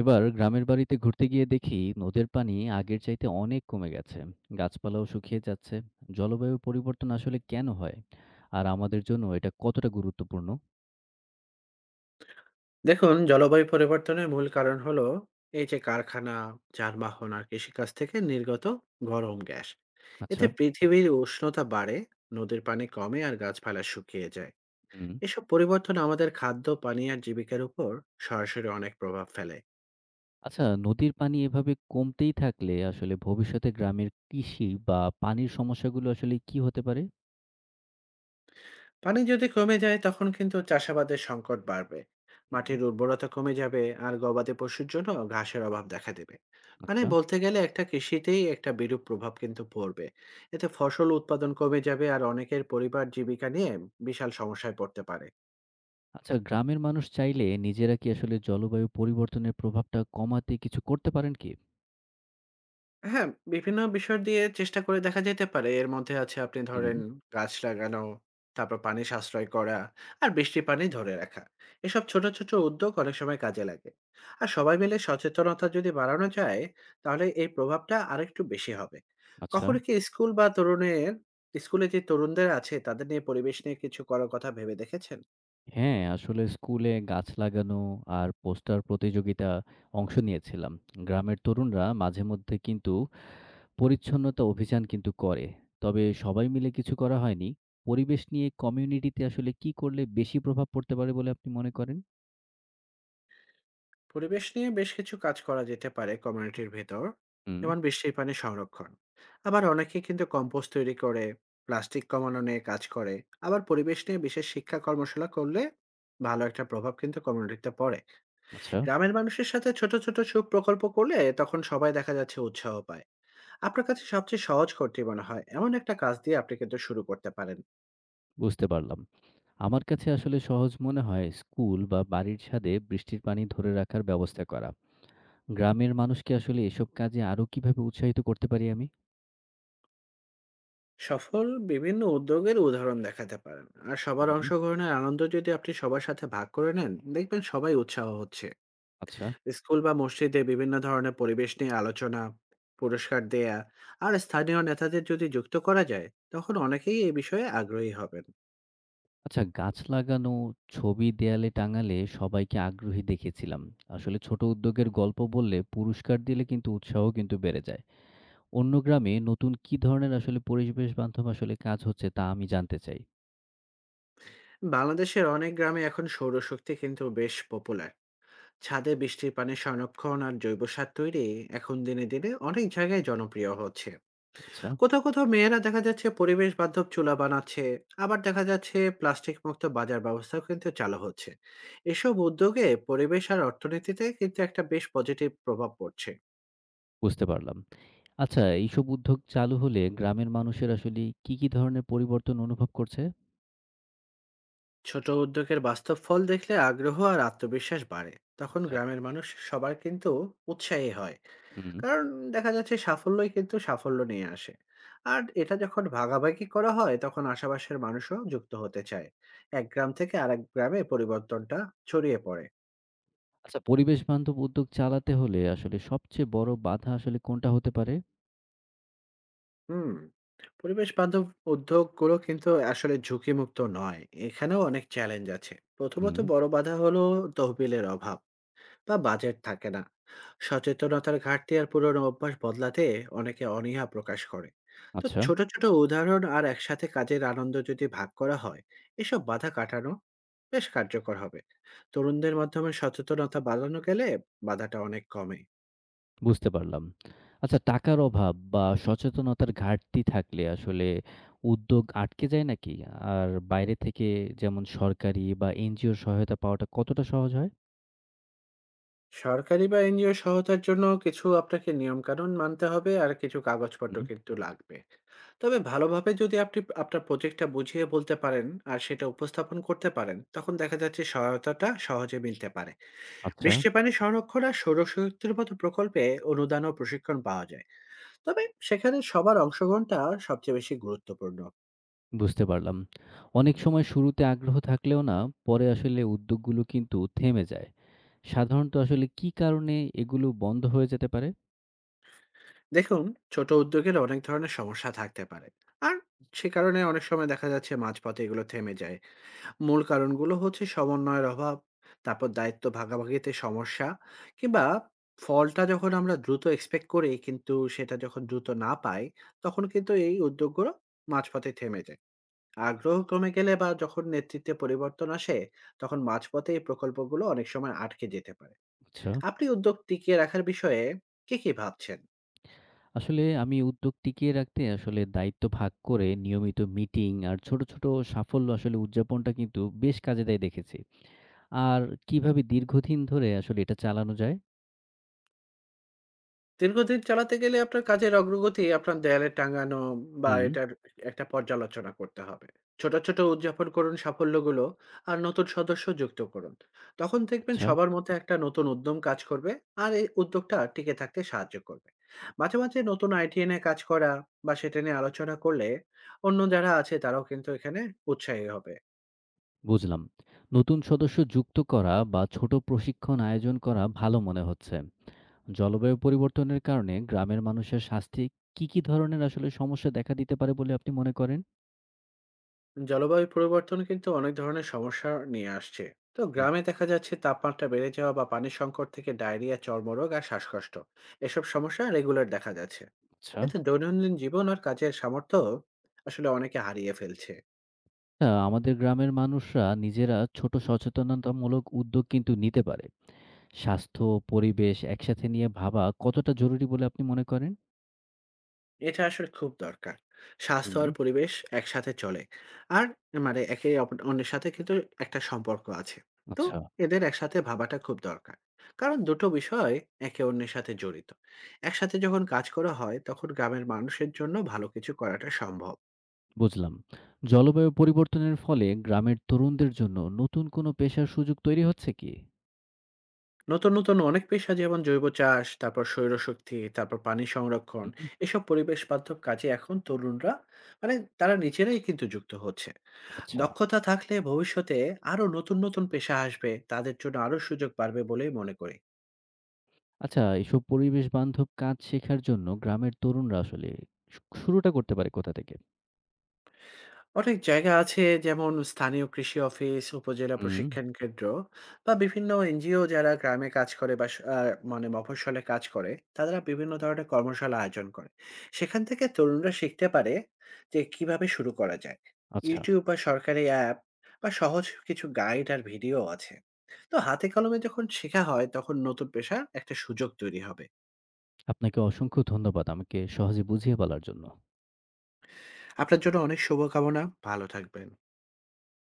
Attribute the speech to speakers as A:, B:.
A: এবার গ্রামের বাড়িতে ঘুরতে গিয়ে দেখি নদের পানি আগের চাইতে অনেক কমে গেছে। গাছপালাও শুকিয়ে যাচ্ছে। জলবায়ু পরিবর্তন আসলে কেন হয়? আর আমাদের জন্য এটা কতটা গুরুত্বপূর্ণ?
B: দেখুন, জলবায়ু পরিবর্তনের মূল কারণ হলো এই যে কারখানা, যানবাহন আর কৃষিকাজ থেকে নির্গত গরম গ্যাস।
A: আচ্ছা।
B: এতে পৃথিবীর উষ্ণতা বাড়ে, নদীর পানি কমে আর গাছপালা শুকিয়ে যায়।
A: হুম।
B: এসব পরিবর্তন আমাদের খাদ্য, পানি আর জীবিকার উপর সরাসরি অনেক প্রভাব ফেলে।
A: আচ্ছা, নদীর পানি এভাবে কমতেই থাকলে আসলে ভবিষ্যতে গ্রামের কৃষি বা পানির সমস্যাগুলো আসলে কি হতে পারে?
B: পানি যদি কমে যায় তখন কিন্তু চাষাবাদের সংকট বাড়বে,
A: হুম।
B: মাটির উর্বরতা কমে যাবে আর গবাদি পশুর জন্য ঘাসের অভাব দেখা দেবে। মানে
A: আচ্ছা।
B: বলতে গেলে একটা কৃষিতেই একটা বিরূপ প্রভাব কিন্তু পড়বে। এতে ফসল উৎপাদন কমে যাবে আর অনেকের পরিবার জীবিকা নিয়ে বিশাল সমস্যায় পড়তে পারে।
A: আচ্ছা, গ্রামের মানুষ চাইলে নিজেরা কি আসলে জলবায়ু পরিবর্তনের প্রভাবটা কমাতে কিছু করতে পারেন কি?
B: হ্যাঁ, বিভিন্ন বিষয় দিয়ে চেষ্টা করে দেখা যেতে পারে। এর মধ্যে আছে আপনি
A: হুম।
B: ধরেন গাছ লাগানো, তারপর পানি সাশ্রয় করা, আর বৃষ্টির পানি ধরে রাখা। এসব ছোট, ছোট উদ্যোগ অনেক সময় কাজে লাগে। আর সবাই মিলে সচেতনতা যদি বাড়ানো যায়, তাহলে এই প্রভাবটা আরেকটু বেশি হবে।
A: আচ্ছা।
B: কখনো কি স্কুল বা তরুণের স্কুলে যে তরুণদের আছে, তাদের নিয়ে পরিবেশ নিয়ে কিছু করার কথা ভেবে দেখেছেন?
A: হ্যাঁ, আসলে স্কুলে গাছ লাগানো আর পোস্টার প্রতিযোগিতা অংশ নিয়েছিলাম। গ্রামের তরুণরা মাঝে মধ্যে কিন্তু পরিচ্ছন্নতা অভিযান কিন্তু করে। তবে সবাই মিলে কিছু করা হয়নি। পরিবেশ নিয়ে কমিউনিটিতে আসলে কি করলে বেশি প্রভাব পড়তে পারে বলে আপনি মনে করেন?
B: পরিবেশ নিয়ে বেশ কিছু কাজ করা যেতে পারে কমিউনিটির ভেতর,
A: হুম।
B: যেমন বৃষ্টির পানি সংরক্ষণ। আবার অনেকে কিন্তু কম্পোস্ট তৈরি করে, প্লাস্টিক কমানো নিয়ে কাজ করে। আবার পরিবেশ নিয়ে বিশেষ শিক্ষা কর্মশালা করলে ভালো একটা প্রভাব কিন্তু কমিউনিটিতে পড়ে।
A: আচ্ছা।
B: গ্রামের মানুষের সাথে ছোট ছোট সুখ প্রকল্প করলে তখন সবাই দেখা যাচ্ছে উৎসাহ পায়। আপনার কাছে সবচেয়ে সহজ করতে মনে হয় এমন একটা কাজ দিয়ে আপনি কিন্তু শুরু করতে পারেন।
A: বুঝতে পারলাম। আমার কাছে আসলে সহজ মনে হয় স্কুল বা বাড়ির ছাদে বৃষ্টির পানি ধরে রাখার ব্যবস্থা করা। গ্রামের মানুষকে আসলে এসব কাজে আরো কিভাবে উৎসাহিত করতে পারি আমি?
B: সফল বিভিন্ন উদ্যোগের উদাহরণ দেখাতে পারেন, আর সবার
A: হুম।
B: অংশগ্রহণের আনন্দ যদি আপনি সবার সাথে ভাগ করে নেন, দেখবেন সবাই উৎসাহ হচ্ছে।
A: আচ্ছা।
B: স্কুল বা মসজিদে বিভিন্ন ধরনের পরিবেশ নিয়ে আলোচনা, পুরস্কার দেয়া আর স্থানীয় নেতাদের যদি যুক্ত করা যায়, তখন অনেকেই এই বিষয়ে আগ্রহী হবেন।
A: আচ্ছা, গাছ লাগানো ছবি দেয়ালে টাঙালে সবাইকে আগ্রহী দেখেছিলাম। আসলে ছোট উদ্যোগের গল্প বললে পুরস্কার দিলে কিন্তু উৎসাহ কিন্তু বেড়ে যায়। অন্য গ্রামে নতুন কি ধরনের আসলে পরিবেশ বান্ধব আসলে কাজ হচ্ছে তা আমি জানতে চাই।
B: বাংলাদেশের অনেক গ্রামে এখন সৌরশক্তি কিন্তু বেশ পপুলার। ছাদে বৃষ্টির পানি সংরক্ষণ আর জৈব সার তৈরি এখন দিনে দিনে অনেক জায়গায় জনপ্রিয় হচ্ছে।
A: আচ্ছা।
B: কোথাও কোথাও মেয়েরা দেখা যাচ্ছে পরিবেশ বান্ধব চুলা বানাচ্ছে। আবার দেখা যাচ্ছে প্লাস্টিক মুক্ত বাজার ব্যবস্থাও কিন্তু চালু হচ্ছে। এসব উদ্যোগে পরিবেশ আর অর্থনীতিতে কিন্তু একটা বেশ পজিটিভ প্রভাব পড়ছে।
A: বুঝতে পারলাম। আচ্ছা, এইসব উদ্যোগ চালু হলে গ্রামের মানুষের আসলে কি কি ধরনের পরিবর্তন অনুভব করছে?
B: ছোট উদ্যোগের বাস্তব ফল দেখলে আগ্রহ আর আত্মবিশ্বাস বাড়ে। তখন
A: আচ্ছা।
B: গ্রামের মানুষ সবার কিন্তু উৎসাহী হয়।
A: হুম।
B: কারণ দেখা যাচ্ছে সাফল্যই কিন্তু সাফল্য নিয়ে আসে। আর এটা যখন ভাগাভাগি করা হয়, তখন আশেপাশের মানুষও যুক্ত হতে চায়। এক গ্রাম থেকে আরেক গ্রামে পরিবর্তনটা ছড়িয়ে পড়ে।
A: আচ্ছা, পরিবেশ বান্ধব উদ্যোগ চালাতে হলে আসলে সবচেয়ে বড় বাধা আসলে কোনটা হতে পারে?
B: হুম। পরিবেশ বান্ধব উদ্যোগগুলো কিন্তু আসলে ঝুঁকিমুক্ত নয়। এখানেও অনেক চ্যালেঞ্জ আছে। প্রথমত
A: হুম।
B: বড় বাধা হলো তহবিলের অভাব বা বাজেট থাকে না। সচেতনতার ঘাটতি আর পুরনো অভ্যাস বদলাতে অনেকে অনীহা প্রকাশ করে। তো
A: আচ্ছা।
B: ছোট, ছোট উদাহরণ আর একসাথে কাজের আনন্দ যদি ভাগ করা হয়, এসব বাধা কাটানো বেশ কার্যকর হবে। তরুণদের মাধ্যমে সচেতনতা বাড়ানো গেলে বাধাটা অনেক কমে।
A: বুঝতে পারলাম। আচ্ছা, টাকার অভাব বা সচেতনতার ঘাটতি থাকলে আসলে উদ্যোগ আটকে যায় নাকি? আর বাইরে থেকে যেমন সরকারি বা এনজিওর সহায়তা পাওয়াটা কতটা সহজ হয়?
B: সরকারি বা এনজিও সহায়তার জন্য কিছু আপনাকে নিয়মকানুন মানতে হবে আর কিছু কাগজপত্র
A: হুম।
B: কিন্তু লাগবে। তবে ভালোভাবে যদি আপনি আপনার প্রজেক্টটা বুঝিয়ে বলতে পারেন আর সেটা উপস্থাপন করতে পারেন, তখন দেখা যাচ্ছে সহায়তাটা সহজে মিলতে পারে।
A: আচ্ছা।
B: বৃষ্টি পানি সংরক্ষণ আর সৌরশক্তির মতো প্রকল্পে অনুদান ও প্রশিক্ষণ পাওয়া যায়, তবে সেখানে সবার অংশগ্রহণটা সবচেয়ে বেশি গুরুত্বপূর্ণ।
A: বুঝতে পারলাম। অনেক সময় শুরুতে আগ্রহ থাকলেও না পরে আসলে উদ্যোগগুলো কিন্তু থেমে যায়। সাধারণত আসলে কি কারণে এগুলো বন্ধ হয়ে যেতে পারে?
B: দেখুন, ছোট উদ্যোগের অনেক ধরনের সমস্যা থাকতে পারে, আর সে কারণে অনেক সময় দেখা যাচ্ছে মাঝপথে এগুলো থেমে যায়। মূল কারণগুলো হচ্ছে সমন্বয়ের অভাব, তারপর দায়িত্ব ভাগাভাগিতে সমস্যা, কিংবা ফলটা যখন আমরা দ্রুত এক্সপেক্ট করি কিন্তু সেটা যখন দ্রুত না পাই, তখন কিন্তু এই উদ্যোগগুলো মাঝপথে থেমে যায়। আগ্রহ কমে গেলে বা যখন নেতৃত্বে পরিবর্তন আসে, তখন মাঝপথে এই প্রকল্পগুলো অনেক সময় আটকে যেতে পারে।
A: আচ্ছা।
B: আপনি উদ্যোগ টিকিয়ে রাখার বিষয়ে কি, কি ভাবছেন?
A: আসলে আমি উদ্যোগ টিকিয়ে রাখতে আসলে দায়িত্ব ভাগ করে নিয়মিত মিটিং আর ছোট ছোট সাফল্য আসলে উদযাপনটা কিন্তু বেশ কাজে দেয় দেখেছি। আর কিভাবে দীর্ঘদিন ধরে আসলে এটা চালানো যায়?
B: দীর্ঘদিন চালাতে গেলে আপনার কাজের অগ্রগতি আপনার দেয়ালে টাঙানো বা
A: হুম।
B: এটার একটা পর্যালোচনা করতে হবে। ছোট, ছোট উদযাপন করুন সাফল্যগুলো আর নতুন সদস্য যুক্ত করুন। তখন দেখবেন
A: আচ্ছা।
B: সবার মধ্যে একটা নতুন উদ্যম কাজ করবে আর এই উদ্যোগটা টিকে থাকতে সাহায্য করবে। মাঝে, মাঝে নতুন আইডিয়া নিয়ে কাজ করা বা সেটা নিয়ে আলোচনা করলে অন্য যারা আছে তারাও কিন্তু এখানে উৎসাহী হবে।
A: বুঝলাম। নতুন সদস্য যুক্ত করা বা ছোট প্রশিক্ষণ আয়োজন করা ভালো মনে হচ্ছে। জলবায়ু পরিবর্তনের কারণে গ্রামের মানুষের স্বাস্থ্যে কি, কি ধরনের আসলে সমস্যা দেখা দিতে পারে বলে আপনি মনে করেন?
B: জলবায়ু পরিবর্তন কিন্তু অনেক ধরনের সমস্যা নিয়ে আসছে। তো
A: হুম।
B: গ্রামে দেখা যাচ্ছে তাপমাত্রা বেড়ে যাওয়া বা পানির সংকট থেকে ডায়রিয়া, চর্মরোগ আর শ্বাসকষ্ট, এসব সমস্যা রেগুলার দেখা যাচ্ছে।
A: আচ্ছা।
B: এতে দৈনন্দিন জীবন আর কাজের সামর্থ্য আসলে অনেকে হারিয়ে ফেলছে।
A: আমাদের গ্রামের মানুষরা নিজেরা ছোট সচেতনতামূলক উদ্যোগ কিন্তু নিতে পারে। স্বাস্থ্য ও পরিবেশ একসাথে নিয়ে ভাবা কতটা জরুরি বলে আপনি মনে করেন?
B: এটা আসলে খুব দরকার। স্বাস্থ্য আর
A: হুম।
B: পরিবেশ একসাথে চলে। আর মানে একে অন্যের সাথে কিন্তু একটা সম্পর্ক আছে। তো
A: আচ্ছা,
B: এদের একসাথে ভাবাটা খুব দরকার। কারণ দুটো বিষয় একে অন্যের সাথে জড়িত। একসাথে যখন কাজ করা হয় তখন গ্রামের মানুষের জন্য ভালো কিছু করাটা সম্ভব।
A: বুঝলাম। জলবায়ু পরিবর্তনের ফলে গ্রামের তরুণদের জন্য নতুন কোনো পেশার সুযোগ তৈরি হচ্ছে কি?
B: নতুন, নতুন অনেক পেশা, যেমন জৈব চাষ, তারপর সৌরশক্তি, তারপর পানি সংরক্ষণ,
A: হুম।
B: এসব পরিবেশ বান্ধব কাজে এখন তরুণরা, মানে তারা নিজেরাই কিন্তু যুক্ত হচ্ছে।
A: আচ্ছা।
B: দক্ষতা থাকলে ভবিষ্যতে আরো নতুন নতুন পেশা আসবে, তাদের জন্য আরো সুযোগ বাড়বে বলেই মনে করি।
A: আচ্ছা, এসব পরিবেশ বান্ধব কাজ শেখার জন্য গ্রামের তরুণরা আসলে শুরুটা করতে পারে কোথা থেকে?
B: অনেক জায়গা আছে, যেমন স্থানীয় কৃষি অফিস, উপজেলা
A: হুম।
B: প্রশিক্ষণ কেন্দ্র বা বিভিন্ন এনজিও যারা গ্রামে কাজ করে বা মানে মফস্বলে কাজ করে। তারা বিভিন্ন ধরনের কর্মশালা আয়োজন করে, সেখান থেকে তরুণরা শিখতে পারে যে কিভাবে শুরু করা যায়।
A: আচ্ছা,
B: ইউটিউব বা সরকারি অ্যাপ বা সহজ কিছু গাইড আর ভিডিও আছে। তো হাতে কলমে যখন শেখা হয় তখন নতুন পেশার একটা সুযোগ তৈরি হবে।
A: আপনাকে অসংখ্য ধন্যবাদ আমাকে সহজে বুঝিয়ে বলার জন্য।
B: আপনার জন্য অনেক শুভকামনা। ভালো থাকবেন।